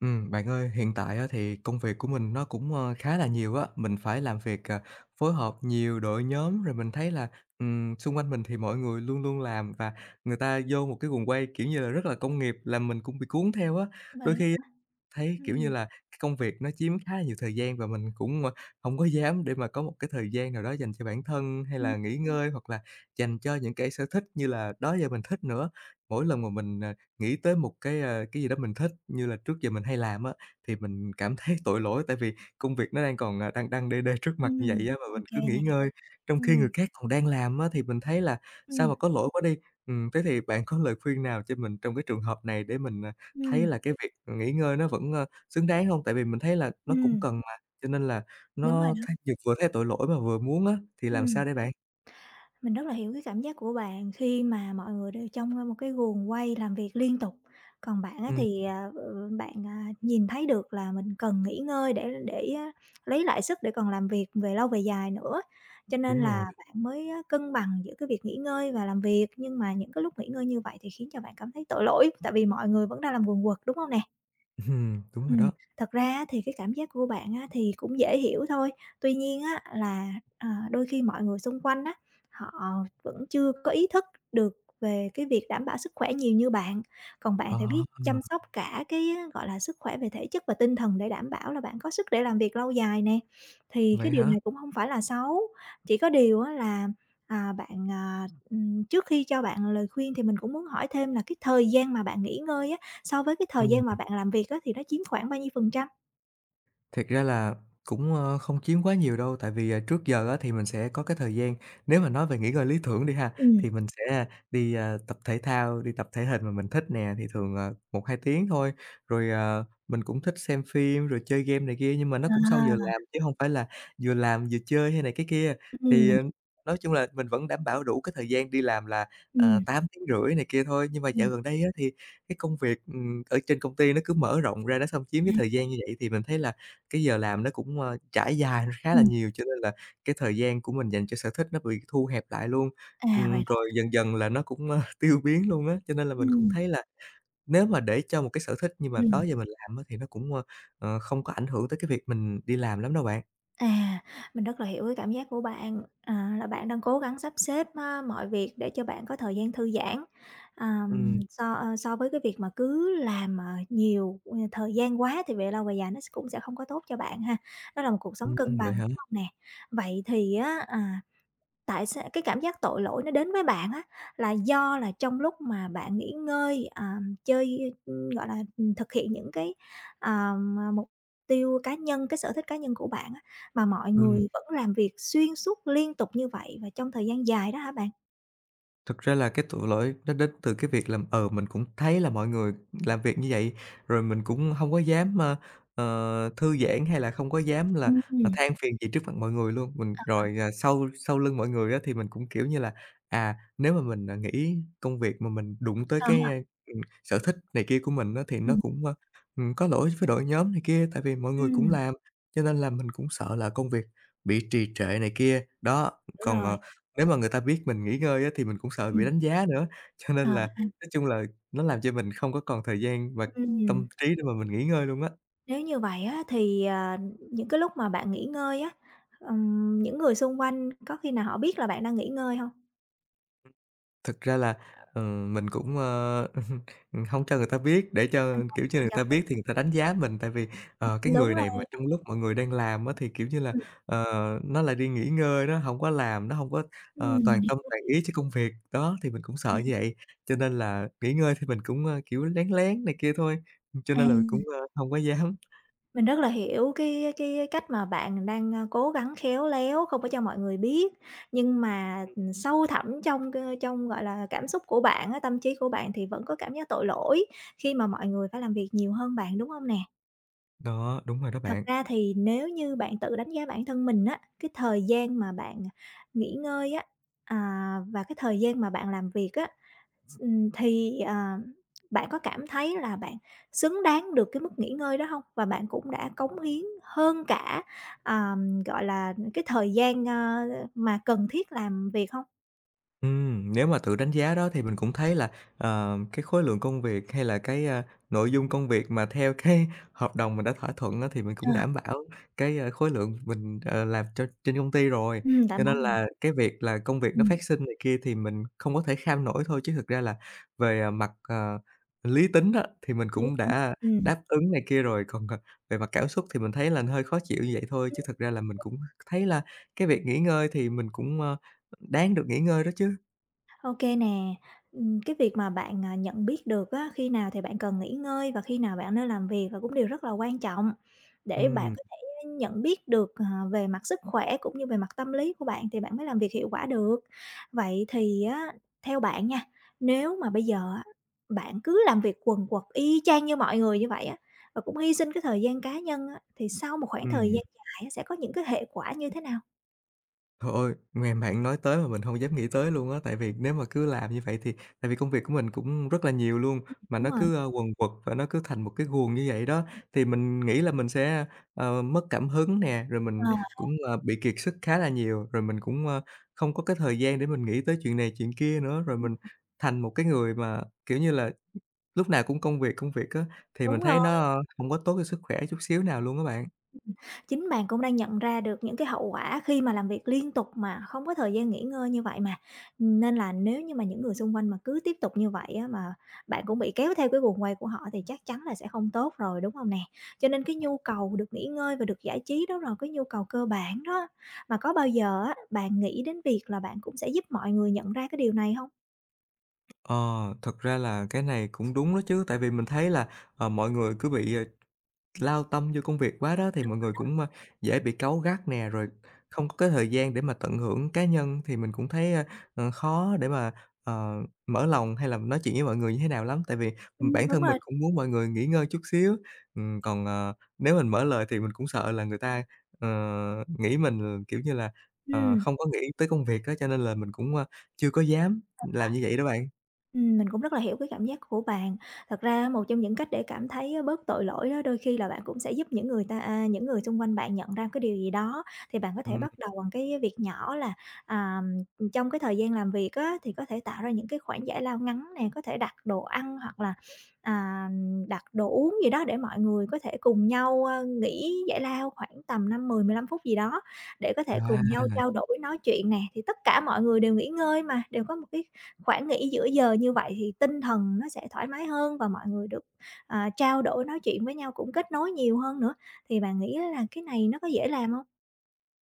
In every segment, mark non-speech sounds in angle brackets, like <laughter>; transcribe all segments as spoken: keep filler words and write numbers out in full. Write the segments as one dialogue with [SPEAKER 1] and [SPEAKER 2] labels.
[SPEAKER 1] Ừm, bạn ơi, hiện tại á thì công việc của mình nó cũng, ơ, khá là nhiều á, mình phải làm việc, à, phối hợp nhiều đội nhóm, rồi mình thấy là, ừm, xung quanh mình thì mọi người luôn luôn làm và người ta vô một cái guồng quay, kiểu như là, rất là công nghiệp, làm mình cũng bị cuốn theo á.
[SPEAKER 2] Vậy
[SPEAKER 1] Đôi khi
[SPEAKER 2] á.
[SPEAKER 1] thấy, kiểu như
[SPEAKER 2] Ừm.
[SPEAKER 1] là, cái công việc nó chiếm khá là nhiều thời gian và mình cũng, ờ, hông có dám để mà có một cái thời gian nào đó dành cho bản thân, hay
[SPEAKER 2] Ừm.
[SPEAKER 1] là nghỉ ngơi, hoặc là dành cho những cái sở thích như là đó giờ mình thích nữa. Mỗi lần mà mình, ờ, nghĩ tới một cái, ờ, cái gì đó mình thích như là trước giờ mình hay làm á, thì mình cảm thấy <laughs> tội lỗi, tại vì công việc nó đang còn, à, đang đăng đê đê trước mặt như
[SPEAKER 2] Ừm.
[SPEAKER 1] vậy á, mà
[SPEAKER 2] Ô
[SPEAKER 1] mình cứ
[SPEAKER 2] kê
[SPEAKER 1] nghỉ
[SPEAKER 2] nè.
[SPEAKER 1] ngơi, trong khi
[SPEAKER 2] Ừm.
[SPEAKER 1] người khác còn đang làm á, thì mình thấy là sao
[SPEAKER 2] Ừm.
[SPEAKER 1] mà có lỗi quá đi. Ừm, thế thì bạn có lời khuyên nào cho mình trong cái trường hợp này để mình, thấy
[SPEAKER 2] Ừm.
[SPEAKER 1] là cái việc nghỉ ngơi nó vẫn, ơ, xứng đáng hông? Tại vì mình thấy là nó cũng
[SPEAKER 2] Ừm.
[SPEAKER 1] cần mà, cho nên là
[SPEAKER 2] Đúng rồi
[SPEAKER 1] nó
[SPEAKER 2] đó.
[SPEAKER 1] thấy vừa vừa thấy tội lỗi mà vừa muốn á, thì làm
[SPEAKER 2] Ừm.
[SPEAKER 1] sao đây bạn?
[SPEAKER 2] Mình rất là hiểu cái cảm giác của bạn khi mà mọi người đều trong, ơ, một cái guồng quay làm việc liên tục, còn bạn á
[SPEAKER 1] Ừm,
[SPEAKER 2] thì, ờ, ừ, bạn, à, nhìn thấy được là mình cần nghỉ ngơi để để á lấy lại sức để còn làm việc về lâu về dài nữa, cho nên
[SPEAKER 1] Đúng rồi,
[SPEAKER 2] là bạn mới á cân bằng giữa cái việc nghỉ ngơi và làm việc, nhưng mà những cái lúc nghỉ ngơi như vậy thì khiến cho bạn cảm thấy tội lỗi, tại vì mọi người vẫn đang làm quần quật, đúng hông nè?
[SPEAKER 1] <laughs> ừm, đúng rồi
[SPEAKER 2] Ừm,
[SPEAKER 1] đó.
[SPEAKER 2] Thật ra á thì cái cảm giác của bạn á thì cũng dễ hiểu thôi. Tuy nhiên á là, ờ, đôi khi mọi người xung quanh á, họ vẫn chưa có ý thức được về cái việc đảm bảo sức khỏe nhiều như bạn. Còn bạn
[SPEAKER 1] Ờ,
[SPEAKER 2] thì biết chăm sóc cả cái, gọi là, sức khỏe về thể chất và tinh thần để đảm bảo là bạn có sức để làm việc lâu dài nè, thì cái
[SPEAKER 1] vậy
[SPEAKER 2] điều
[SPEAKER 1] hả?
[SPEAKER 2] này cũng hông phải là xấu. Chỉ có điều á là, à, bạn, à, ừm, trước khi cho bạn lời khuyên thì mình cũng muốn hỏi thêm là cái thời gian mà bạn nghỉ ngơi á, so với cái thời
[SPEAKER 1] Ừm.
[SPEAKER 2] gian mà bạn làm việc á, thì nó chiếm khoảng bao nhiêu phần trăm?
[SPEAKER 1] Thiệt ra là cũng, ơ, không chiếm quá nhiều đâu, tại vì, à, trước giờ á thì mình sẽ có cái thời gian nếu mà nói về nghỉ ngơi lý tưởng đi ha,
[SPEAKER 2] Ừm.
[SPEAKER 1] thì mình sẽ đi, a, tập thể thao, đi tập thể hình mà mình thích nè, thì thường, ờ, một hai tiếng thôi. Rồi, ờ, mình cũng thích xem phim, rồi chơi game này kia, nhưng mà nó cũng sau giờ
[SPEAKER 2] À.
[SPEAKER 1] làm chứ không phải là vừa làm vừa chơi hay này cái kia.
[SPEAKER 2] Ừm.
[SPEAKER 1] Thì,
[SPEAKER 2] Mình.
[SPEAKER 1] ờ, nói chung là mình vẫn đảm bảo đủ cái thời gian đi làm là, ờ,
[SPEAKER 2] Ừm.
[SPEAKER 1] tám phẩy năm tiếng rưỡi này kia thôi. Nhưng mà dạo
[SPEAKER 2] Ừm.
[SPEAKER 1] gần đây á thì cái công việc, ừm, ở trên công ty nó cứ mở rộng ra, nó xâm chiếm cái
[SPEAKER 2] À.
[SPEAKER 1] thời gian như vậy thì mình thấy là cái giờ làm nó cũng, ơ, trải dài <laughs> khá là
[SPEAKER 2] Ừm.
[SPEAKER 1] nhiều, cho nên là cái thời gian của mình dành cho sở thích nó bị thu hẹp lại luôn.
[SPEAKER 2] À, vậy
[SPEAKER 1] Ừm,
[SPEAKER 2] đó.
[SPEAKER 1] rồi dần dần là nó cũng, ơ, <laughs> tiêu biến luôn á, cho nên là mình cũng
[SPEAKER 2] Ừm.
[SPEAKER 1] thấy là nếu mà để cho một cái sở thích nhưng mà đó
[SPEAKER 2] Ừm.
[SPEAKER 1] giờ mình làm á thì nó cũng, ơ, ờ, không có ảnh hưởng tới cái việc mình đi làm lắm đâu bạn.
[SPEAKER 2] À. Mình rất là hiểu cái cảm giác của bạn, à, là bạn đang cố gắng sắp xếp á, mọi việc để cho bạn có thời gian thư giãn,
[SPEAKER 1] Ừm,
[SPEAKER 2] ờm, so, ơ, so với cái việc mà cứ làm, mà nhiều, ờ, thời gian quá thì về lâu về dài nó s cũng sẽ không có tốt cho bạn ha. Đó là một cuộc sống cân
[SPEAKER 1] ừm, vậy
[SPEAKER 2] bằng,
[SPEAKER 1] hả?
[SPEAKER 2] đúng hông nè? Vậy thì á, à tại sao cái cảm giác tội lỗi nó đến với bạn á, là do là trong lúc mà bạn nghỉ ngơi, à, chơi, ưm, gọi là, ừm, thực hiện những cái, ờ, mà mục tiêu cá nhân, cái sở thích cá nhân của bạn á, mà mọi
[SPEAKER 1] Ừm.
[SPEAKER 2] người vẫn làm việc xuyên suốt liên tục như vậy và trong thời gian dài đó hả bạn?
[SPEAKER 1] Thực ra là cái tội lỗi nó đến từ cái việc là, ừ, mình cũng thấy là mọi người làm việc như vậy, rồi mình cũng không có dám, ơ, ờ, thư giãn hay là không có dám là, ờ,
[SPEAKER 2] Ừm.
[SPEAKER 1] than phiền gì trước mặt mọi người luôn. Mình rồi, à, sau sau lưng mọi người á thì mình cũng, kiểu như là, à, nếu mà mình, à, nghỉ công việc mà mình đụng tới
[SPEAKER 2] Ờ.
[SPEAKER 1] cái, a, ừm, sở thích này kia của mình á thì nó
[SPEAKER 2] Ừm.
[SPEAKER 1] cũng, ơ, ừm, có lỗi với đội nhóm này kia, tại vì mọi người cũng
[SPEAKER 2] Ừm.
[SPEAKER 1] làm, cho nên là mình cũng sợ là công việc bị trì trệ này kia. Đó,
[SPEAKER 2] Hiểu
[SPEAKER 1] còn, ờ
[SPEAKER 2] rồi.
[SPEAKER 1] nếu mà người ta biết mình nghỉ ngơi á, thì mình cũng sợ bị
[SPEAKER 2] Ừm.
[SPEAKER 1] đánh giá nữa, cho
[SPEAKER 2] Ờ
[SPEAKER 1] nên là
[SPEAKER 2] ha.
[SPEAKER 1] nói chung là nó làm cho mình không có còn thời gian và
[SPEAKER 2] Ừm,
[SPEAKER 1] tâm trí để mà mình nghỉ ngơi luôn á.
[SPEAKER 2] Nếu như vậy á thì, à, những cái lúc mà bạn nghỉ ngơi á, ừm, những người xung quanh có khi nào họ biết là bạn đang nghỉ ngơi không?
[SPEAKER 1] Thực ra là, ờ, mình cũng, ờ, <laughs> hông cho người ta biết để cho, kiểu như, người
[SPEAKER 2] Dạ.
[SPEAKER 1] ta biết thì người ta đánh giá mình, tại vì, ờ, cái
[SPEAKER 2] Đúng.
[SPEAKER 1] người này mà trong lúc mọi người đang làm á, thì, kiểu như là,
[SPEAKER 2] Ừm.
[SPEAKER 1] ờ, nó lại đi nghỉ ngơi, nó hổng có làm, nó hông có, ờ,
[SPEAKER 2] Ừm.
[SPEAKER 1] toàn tâm
[SPEAKER 2] Ừm.
[SPEAKER 1] toàn ý cho công việc. Đó, thì mình cũng sợ
[SPEAKER 2] À.
[SPEAKER 1] như vậy, cho nên là nghỉ ngơi thì mình cũng, ơ, kiểu, lén lén này kia thôi, cho
[SPEAKER 2] À.
[SPEAKER 1] nên là mình cũng, ơ, hông có dám.
[SPEAKER 2] Mình rất là hiểu cái cái cách mà bạn đang, a, cố gắng khéo léo, không có cho mọi người biết, nhưng mà, ừm, sâu thẳm trong c trong, gọi là, cảm xúc của bạn á, tâm trí của bạn thì vẫn có cảm giác tội lỗi khi mà mọi người phải làm việc nhiều hơn bạn, đúng hông nè?
[SPEAKER 1] Đó, đúng rồi đó
[SPEAKER 2] Thật
[SPEAKER 1] bạn.
[SPEAKER 2] ra thì nếu như bạn tự đánh giá bản thân mình á, cái thời gian mà bạn nghỉ ngơi á, à, và cái thời gian mà bạn làm việc á, Ừm, thì, à, bạn có cảm thấy là bạn xứng đáng được cái mức nghỉ ngơi đó hông? Và bạn cũng đã cống hiến hơn cả, ờm, gọi là, cái thời gian, ơ, mà cần thiết làm việc hông?
[SPEAKER 1] Ừm, nếu mà tự đánh giá đó thì mình cũng thấy là, ờ, cái khối lượng công việc hay là cái, a, nội dung công việc mà theo cái <laughs> hợp đồng mình đã thỏa thuận đó thì mình cũng
[SPEAKER 2] À.
[SPEAKER 1] đảm bảo cái, a, khối lượng mình, ờ, làm cho trên công ty rồi.
[SPEAKER 2] Ừm, tại
[SPEAKER 1] Cho nên
[SPEAKER 2] bạn. Ừm.
[SPEAKER 1] là cái việc là công việc nó
[SPEAKER 2] Ừm.
[SPEAKER 1] phát sinh này kia thì mình không có thể kham nổi thôi, chứ thực ra là về, à, mặt, ờ, lý tính á, thì mình
[SPEAKER 2] Lý
[SPEAKER 1] cũng
[SPEAKER 2] tính.
[SPEAKER 1] đã
[SPEAKER 2] Ừm.
[SPEAKER 1] đáp ứng này kia rồi, còn, ờ, về mặt cảm xúc thì mình thấy là hơi khó chịu như vậy thôi, chứ thực ra là mình cũng thấy là cái việc nghỉ ngơi thì mình cũng, ơ, đáng được nghỉ ngơi đó chứ.
[SPEAKER 2] OK nè. Ừm, cái việc mà bạn, à, nhận biết được á, khi nào thì bạn cần nghỉ ngơi và khi nào bạn nên làm việc là cũng điều rất là quan trọng để bạn
[SPEAKER 1] Ừm,
[SPEAKER 2] có thể nhận biết được, ờ, về mặt sức khỏe cũng như về mặt tâm lý của bạn thì bạn mới làm việc hiệu quả được. Vậy thì á, theo bạn nha, nếu mà bây giờ á, bạn cứ làm việc quần quật y chang như mọi người như vậy á, và cũng hy sinh cái thời gian cá nhân á, thì sau một khoảng thời
[SPEAKER 1] ừm.
[SPEAKER 2] gian dài á, sẽ có những cái hệ quả như thế nào?
[SPEAKER 1] Trời ơi, nghe bạn nói tới mà mình hông dám nghĩ tới luôn á, tại vì nếu mà cứ làm như vậy thì tại vì công việc của mình cũng rất là nhiều luôn, mà
[SPEAKER 2] Đúng
[SPEAKER 1] nó
[SPEAKER 2] rồi.
[SPEAKER 1] cứ, ơ, quần quật và nó cứ thành một cái guồng như vậy đó, thì mình nghĩ là mình sẽ, ờ, mất cảm hứng nè, rồi
[SPEAKER 2] Ờ.
[SPEAKER 1] mình cũng, ờ, bị kiệt sức khá là nhiều, rồi mình cũng, ơ, không có cái thời gian để mình nghĩ tới chuyện này chuyện kia nữa. Rồi mình thành một cái người mà, kiểu như là, lúc nào cũng công việc, công việc á, thì mình
[SPEAKER 2] Đúng
[SPEAKER 1] thấy
[SPEAKER 2] rồi.
[SPEAKER 1] nó, ơ, hông có tốt cho sức khỏe chút xíu nào luôn á bạn.
[SPEAKER 2] Chính bạn cũng đang nhận ra được những cái hậu quả khi mà làm việc liên tục mà không có thời gian nghỉ ngơi như vậy mà. Nên là nếu như mà những người xung quanh mà cứ tiếp tục như vậy á, mà bạn cũng bị kéo theo cái guồng quay của họ thì chắc chắn là sẽ không tốt rồi, đúng không nè? Cho nên cái nhu cầu được nghỉ ngơi và được giải trí đó là cái nhu cầu cơ bản đó. Mà có bao giờ á, bạn nghĩ đến việc là bạn cũng sẽ giúp mọi người nhận ra cái điều này không?
[SPEAKER 1] Ờ, Thật ra là cái này cũng đúng đó chứ, tại vì mình thấy là, ờ, mọi người cứ bị, ờ, lao tâm vô công việc quá đó thì
[SPEAKER 2] Đúng.
[SPEAKER 1] mọi người cũng, a, dễ bị cáu gắt nè, rồi không có cái thời gian để mà tận hưởng cá nhân thì mình cũng thấy, a, ờ, khó để mà, ờ, mở lòng hay là nói chuyện với mọi người như thế nào lắm, tại vì,
[SPEAKER 2] Ừm.
[SPEAKER 1] bản
[SPEAKER 2] Đúng
[SPEAKER 1] thân mình
[SPEAKER 2] rồi.
[SPEAKER 1] cũng muốn mọi người nghỉ ngơi chút xíu. Ừm, còn, ờ, nếu mình mở lời thì mình cũng sợ là người ta, ờ, nghĩ mình, là kiểu như là, ờ,
[SPEAKER 2] Ừm.
[SPEAKER 1] không có nghĩ tới công việc đó cho nên là mình cũng, a, chưa có dám làm như vậy đó bạn.
[SPEAKER 2] Ừm, mình cũng rất là hiểu cái cảm giác của bạn. Thật ra một trong những cách để cảm thấy á bớt tội lỗi đó, đôi khi là bạn cũng sẽ giúp những người ta à, những người xung quanh bạn nhận ra cái điều gì đó, thì bạn có thể
[SPEAKER 1] Ừm.
[SPEAKER 2] bắt đầu bằng cái việc nhỏ là, à, trong cái thời gian làm việc á, thì có thể tạo ra những cái khoảng giải lao ngắn nè, có thể đặt đồ ăn hoặc là, à, đặt đồ uống gì đó để mọi người có thể cùng nhau, ơ, nghỉ giải lao khoảng tầm năm mười mười lăm phút gì đó, để có thể cùng
[SPEAKER 1] À,
[SPEAKER 2] nhau trao đổi, nói chuyện nè, thì tất cả mọi người đều nghỉ ngơi mà, đều có một cái khoảng nghỉ giữa giờ như vậy thì tinh thần nó sẽ thoải mái hơn và mọi người được, à, trao đổi nói chuyện với nhau cũng kết nối nhiều hơn nữa, thì bạn nghĩ là cái này nó có dễ làm không?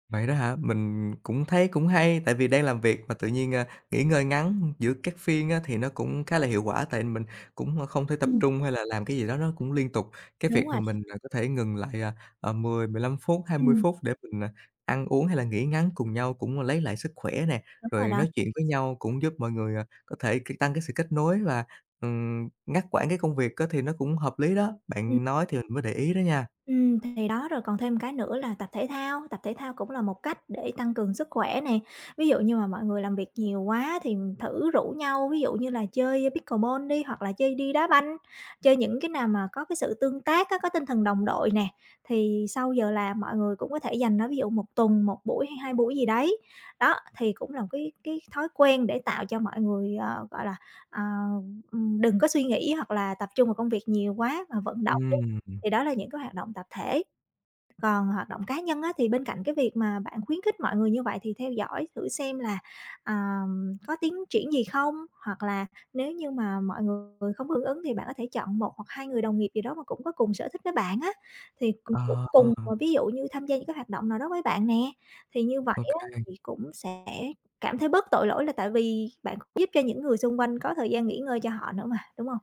[SPEAKER 1] vậy đó hả? Mình cũng thấy cũng hay, tại vì đang làm việc mà tự nhiên, a, nghỉ ngơi ngắn giữa các phiên á, thì nó cũng khá là hiệu quả, tại mình cũng à, không thể tập
[SPEAKER 2] Ừm,
[SPEAKER 1] trung hay là làm cái gì đó nó cũng liên tục. Cái
[SPEAKER 2] đúng
[SPEAKER 1] việc mà
[SPEAKER 2] rồi.
[SPEAKER 1] mình, à, có thể ngừng lại, à, à, mười 10, mười lăm phút, hai mươi
[SPEAKER 2] Ừm,
[SPEAKER 1] phút để mình, à, ăn uống hay là nghỉ ngắn cùng nhau cũng lấy lại sức khỏe nè,
[SPEAKER 2] đúng rồi
[SPEAKER 1] rồi
[SPEAKER 2] đó.
[SPEAKER 1] nói chuyện với nhau cũng giúp mọi người, à, có thể c tăng cái sự kết nối và, ừm, ngắt quãng cái công việc á, thì nó cũng hợp lý đó.
[SPEAKER 2] Ừ.
[SPEAKER 1] Bạn nói thì mình mới để ý đó nha.
[SPEAKER 2] Ừm, thì đó, rồi còn thêm cái nữa là tập thể thao, tập thể thao cũng là một cách để tăng cường sức khỏe nè. Ví dụ như mà mọi người làm việc nhiều quá thì thử rủ nhau, ví dụ như là chơi pickleball đi, hoặc là chơi đi đá banh, chơi những cái nào mà có cái sự tương tác á, có tinh thần đồng đội nè, thì sau giờ làm mọi người cũng có thể dành nó, ví dụ một tuần một buổi hay hai buổi gì đấy. Đó, thì cũng là một cái cái thói quen để tạo cho mọi người, ờ, gọi là, ờ, đừng có suy nghĩ hoặc là tập trung vào công việc nhiều quá, mà vận động đi.
[SPEAKER 1] Ừm,
[SPEAKER 2] Thì đó là những cái hoạt động tập thể. Còn hoạt động cá nhân á, thì bên cạnh cái việc mà bạn khuyến khích mọi người như vậy thì theo dõi thử xem là, ờm, có tiến triển gì không? Hoặc là nếu như mà mọi người không hưởng ứng thì bạn có thể chọn một hoặc hai người đồng nghiệp gì đó mà cũng có cùng sở thích với bạn á, thì cũng cũng
[SPEAKER 1] ờ,
[SPEAKER 2] cùng, ờ, ví dụ như tham gia những cái hoạt động nào đó với bạn nè. Thì như
[SPEAKER 1] ô
[SPEAKER 2] vậy á, thì cũng sẽ cảm thấy bớt tội lỗi là tại vì bạn cũng giúp cho những người xung quanh có thời gian nghỉ ngơi cho họ nữa mà, đúng không?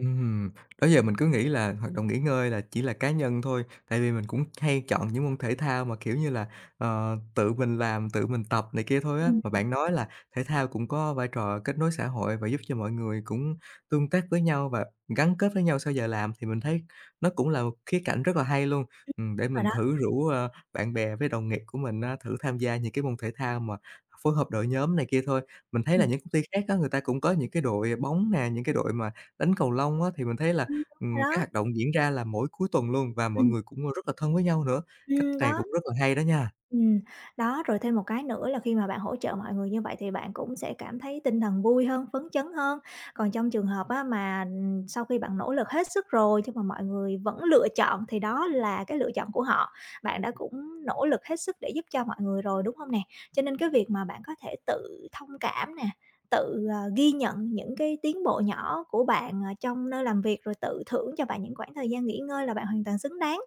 [SPEAKER 1] Ừm, Đó giờ mình cứ nghĩ là hoạt động nghỉ ngơi là chỉ là cá nhân thôi, tại vì mình cũng hay chọn những môn thể thao mà, kiểu như là, ờ, tự mình làm, tự mình tập này kia thôi á.
[SPEAKER 2] Ừm.
[SPEAKER 1] Mà
[SPEAKER 2] Ừm.
[SPEAKER 1] bạn nói là thể thao cũng có vai trò kết nối xã hội và giúp cho mọi người cũng tương tác với nhau và gắn kết với nhau sau giờ làm thì mình thấy nó cũng là một khía cạnh rất là hay luôn. Ừm, để
[SPEAKER 2] Rồi
[SPEAKER 1] mình
[SPEAKER 2] đó.
[SPEAKER 1] thử rủ, ờ, bạn bè với đồng nghiệp của mình á, thử tham gia những cái môn thể thao mà phối hợp đội nhóm này kia thôi. Mình thấy là
[SPEAKER 2] Ừm.
[SPEAKER 1] những công ty khác á, người ta cũng có những cái đội bóng nè, những cái đội mà đánh cầu lông á, thì mình thấy là,
[SPEAKER 2] Ừm, đúng rồi
[SPEAKER 1] ừm, cái
[SPEAKER 2] đó.
[SPEAKER 1] hoạt động diễn ra là mỗi cuối tuần luôn và mọi
[SPEAKER 2] Ừm.
[SPEAKER 1] người cũng, rất là thân với nhau nữa. Cách
[SPEAKER 2] Ừ,
[SPEAKER 1] này
[SPEAKER 2] đó.
[SPEAKER 1] cũng rất là hay đó nha.
[SPEAKER 2] Ừm, Đó, rồi thêm một cái nữa là khi mà bạn hỗ trợ mọi người như vậy thì bạn cũng sẽ cảm thấy tinh thần vui hơn, phấn chấn hơn. Còn trong trường hợp á mà, ừm, sau khi bạn nỗ lực hết sức rồi nhưng mà mọi người vẫn lựa chọn thì đó là cái lựa chọn của họ, bạn đã cũng nỗ lực hết sức để giúp cho mọi người rồi, đúng không nè? Cho nên cái việc mà bạn có thể tự thông cảm nè, tự, ờ, ghi nhận những cái tiến bộ nhỏ của bạn, ờ, trong nơi làm việc, rồi tự thưởng cho bạn những khoảng thời gian nghỉ ngơi là bạn hoàn toàn xứng đáng.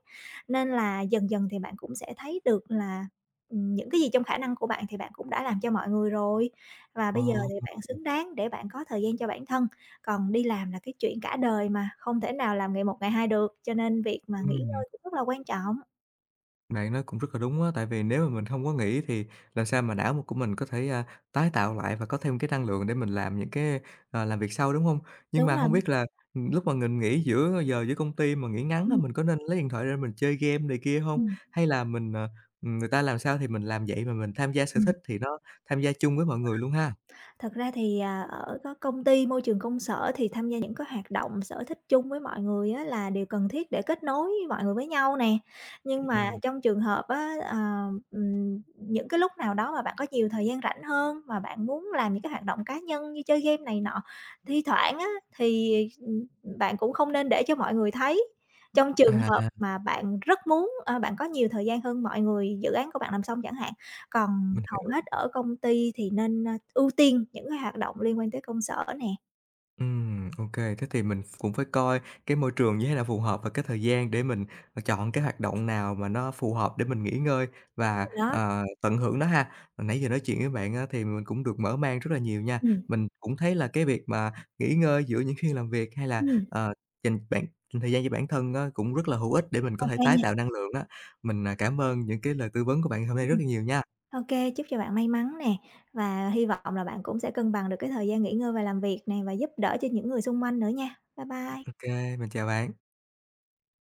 [SPEAKER 2] Nên là dần dần thì bạn cũng sẽ thấy được là Ừm, những cái gì trong khả năng của bạn thì bạn cũng đã làm cho mọi người rồi, và
[SPEAKER 1] Ờ,
[SPEAKER 2] bây giờ thì bạn xứng đáng để bạn có thời gian cho bản thân. Còn đi làm là cái chuyện cả đời mà, không thể nào làm ngày một ngày hai được, cho nên việc mà nghỉ
[SPEAKER 1] ừm,
[SPEAKER 2] ngơi cũng rất là quan trọng.
[SPEAKER 1] Bạn nói cũng rất là đúng á, tại vì nếu mà mình không có nghỉ thì làm sao mà não của mình có thể, a, tái tạo lại và có thêm cái năng lượng để mình làm những cái, ờ, làm việc sau, đúng không? Nhưng
[SPEAKER 2] Đúng
[SPEAKER 1] mà
[SPEAKER 2] rồi
[SPEAKER 1] không
[SPEAKER 2] đó.
[SPEAKER 1] biết là, ừm, lúc mà mình nghỉ giữa giờ giữa công ty mà nghỉ ngắn á,
[SPEAKER 2] Ừm.
[SPEAKER 1] mình có nên lấy điện thoại ra mình chơi game này kia không? Hay là mình, ờ, người ta làm sao thì mình làm vậy mà mình tham gia sở
[SPEAKER 2] Ừm.
[SPEAKER 1] thích thì nó tham gia chung với mọi người luôn ha?
[SPEAKER 2] Thật ra thì, à, ở có công ty, môi trường công sở thì tham gia những cái hoạt động sở thích chung với mọi người á là điều cần thiết để kết nối mọi người với nhau nè. Nhưng mà
[SPEAKER 1] Ừm.
[SPEAKER 2] trong trường hợp á, ờ, ừm, những cái lúc nào đó mà bạn có nhiều thời gian rảnh hơn, mà bạn muốn làm những cái hoạt động cá nhân như chơi game này nọ, thi thoảng á thì, ừm, bạn cũng không nên để cho mọi người thấy. Trong trường
[SPEAKER 1] À,
[SPEAKER 2] hợp mà bạn rất muốn, ơ, bạn có nhiều thời gian hơn mọi người, dự án của bạn làm xong chẳng hạn còn
[SPEAKER 1] mình
[SPEAKER 2] hầu
[SPEAKER 1] hiểu.
[SPEAKER 2] hết ở công ty thì nên, a, ưu tiên những cái hoạt động liên quan tới công sở nè.
[SPEAKER 1] Ừm, ok thế thì mình cũng phải coi cái môi trường như thế nào phù hợp và cái thời gian để mình, ờ, chọn cái hoạt động nào mà nó phù hợp để mình nghỉ ngơi
[SPEAKER 2] Đúng
[SPEAKER 1] và,
[SPEAKER 2] rồi đó.
[SPEAKER 1] ờ, tận hưởng nó ha. Hồi nãy giờ nói chuyện với bạn á thì mình cũng được mở mang rất là nhiều nha.
[SPEAKER 2] Ừm.
[SPEAKER 1] Mình cũng thấy là cái việc mà nghỉ ngơi giữa những phiên làm việc hay là,
[SPEAKER 2] Ừm.
[SPEAKER 1] ờ, dành bản dành thời gian cho bản thân á cũng rất là hữu ích để mình
[SPEAKER 2] Ô
[SPEAKER 1] có thể
[SPEAKER 2] kê
[SPEAKER 1] tái
[SPEAKER 2] nè.
[SPEAKER 1] tạo năng lượng á. Mình, à, cảm ơn những cái lời tư vấn của bạn hôm nay rất
[SPEAKER 2] Ừm.
[SPEAKER 1] là nhiều nha.
[SPEAKER 2] Ô kê, chúc cho bạn may mắn nè, và hy vọng là bạn cũng sẽ cân bằng được cái thời gian nghỉ ngơi và làm việc nè, và giúp đỡ cho những người xung quanh nữa nha. Bye
[SPEAKER 1] Ok,
[SPEAKER 2] bye.
[SPEAKER 1] mình chào bạn.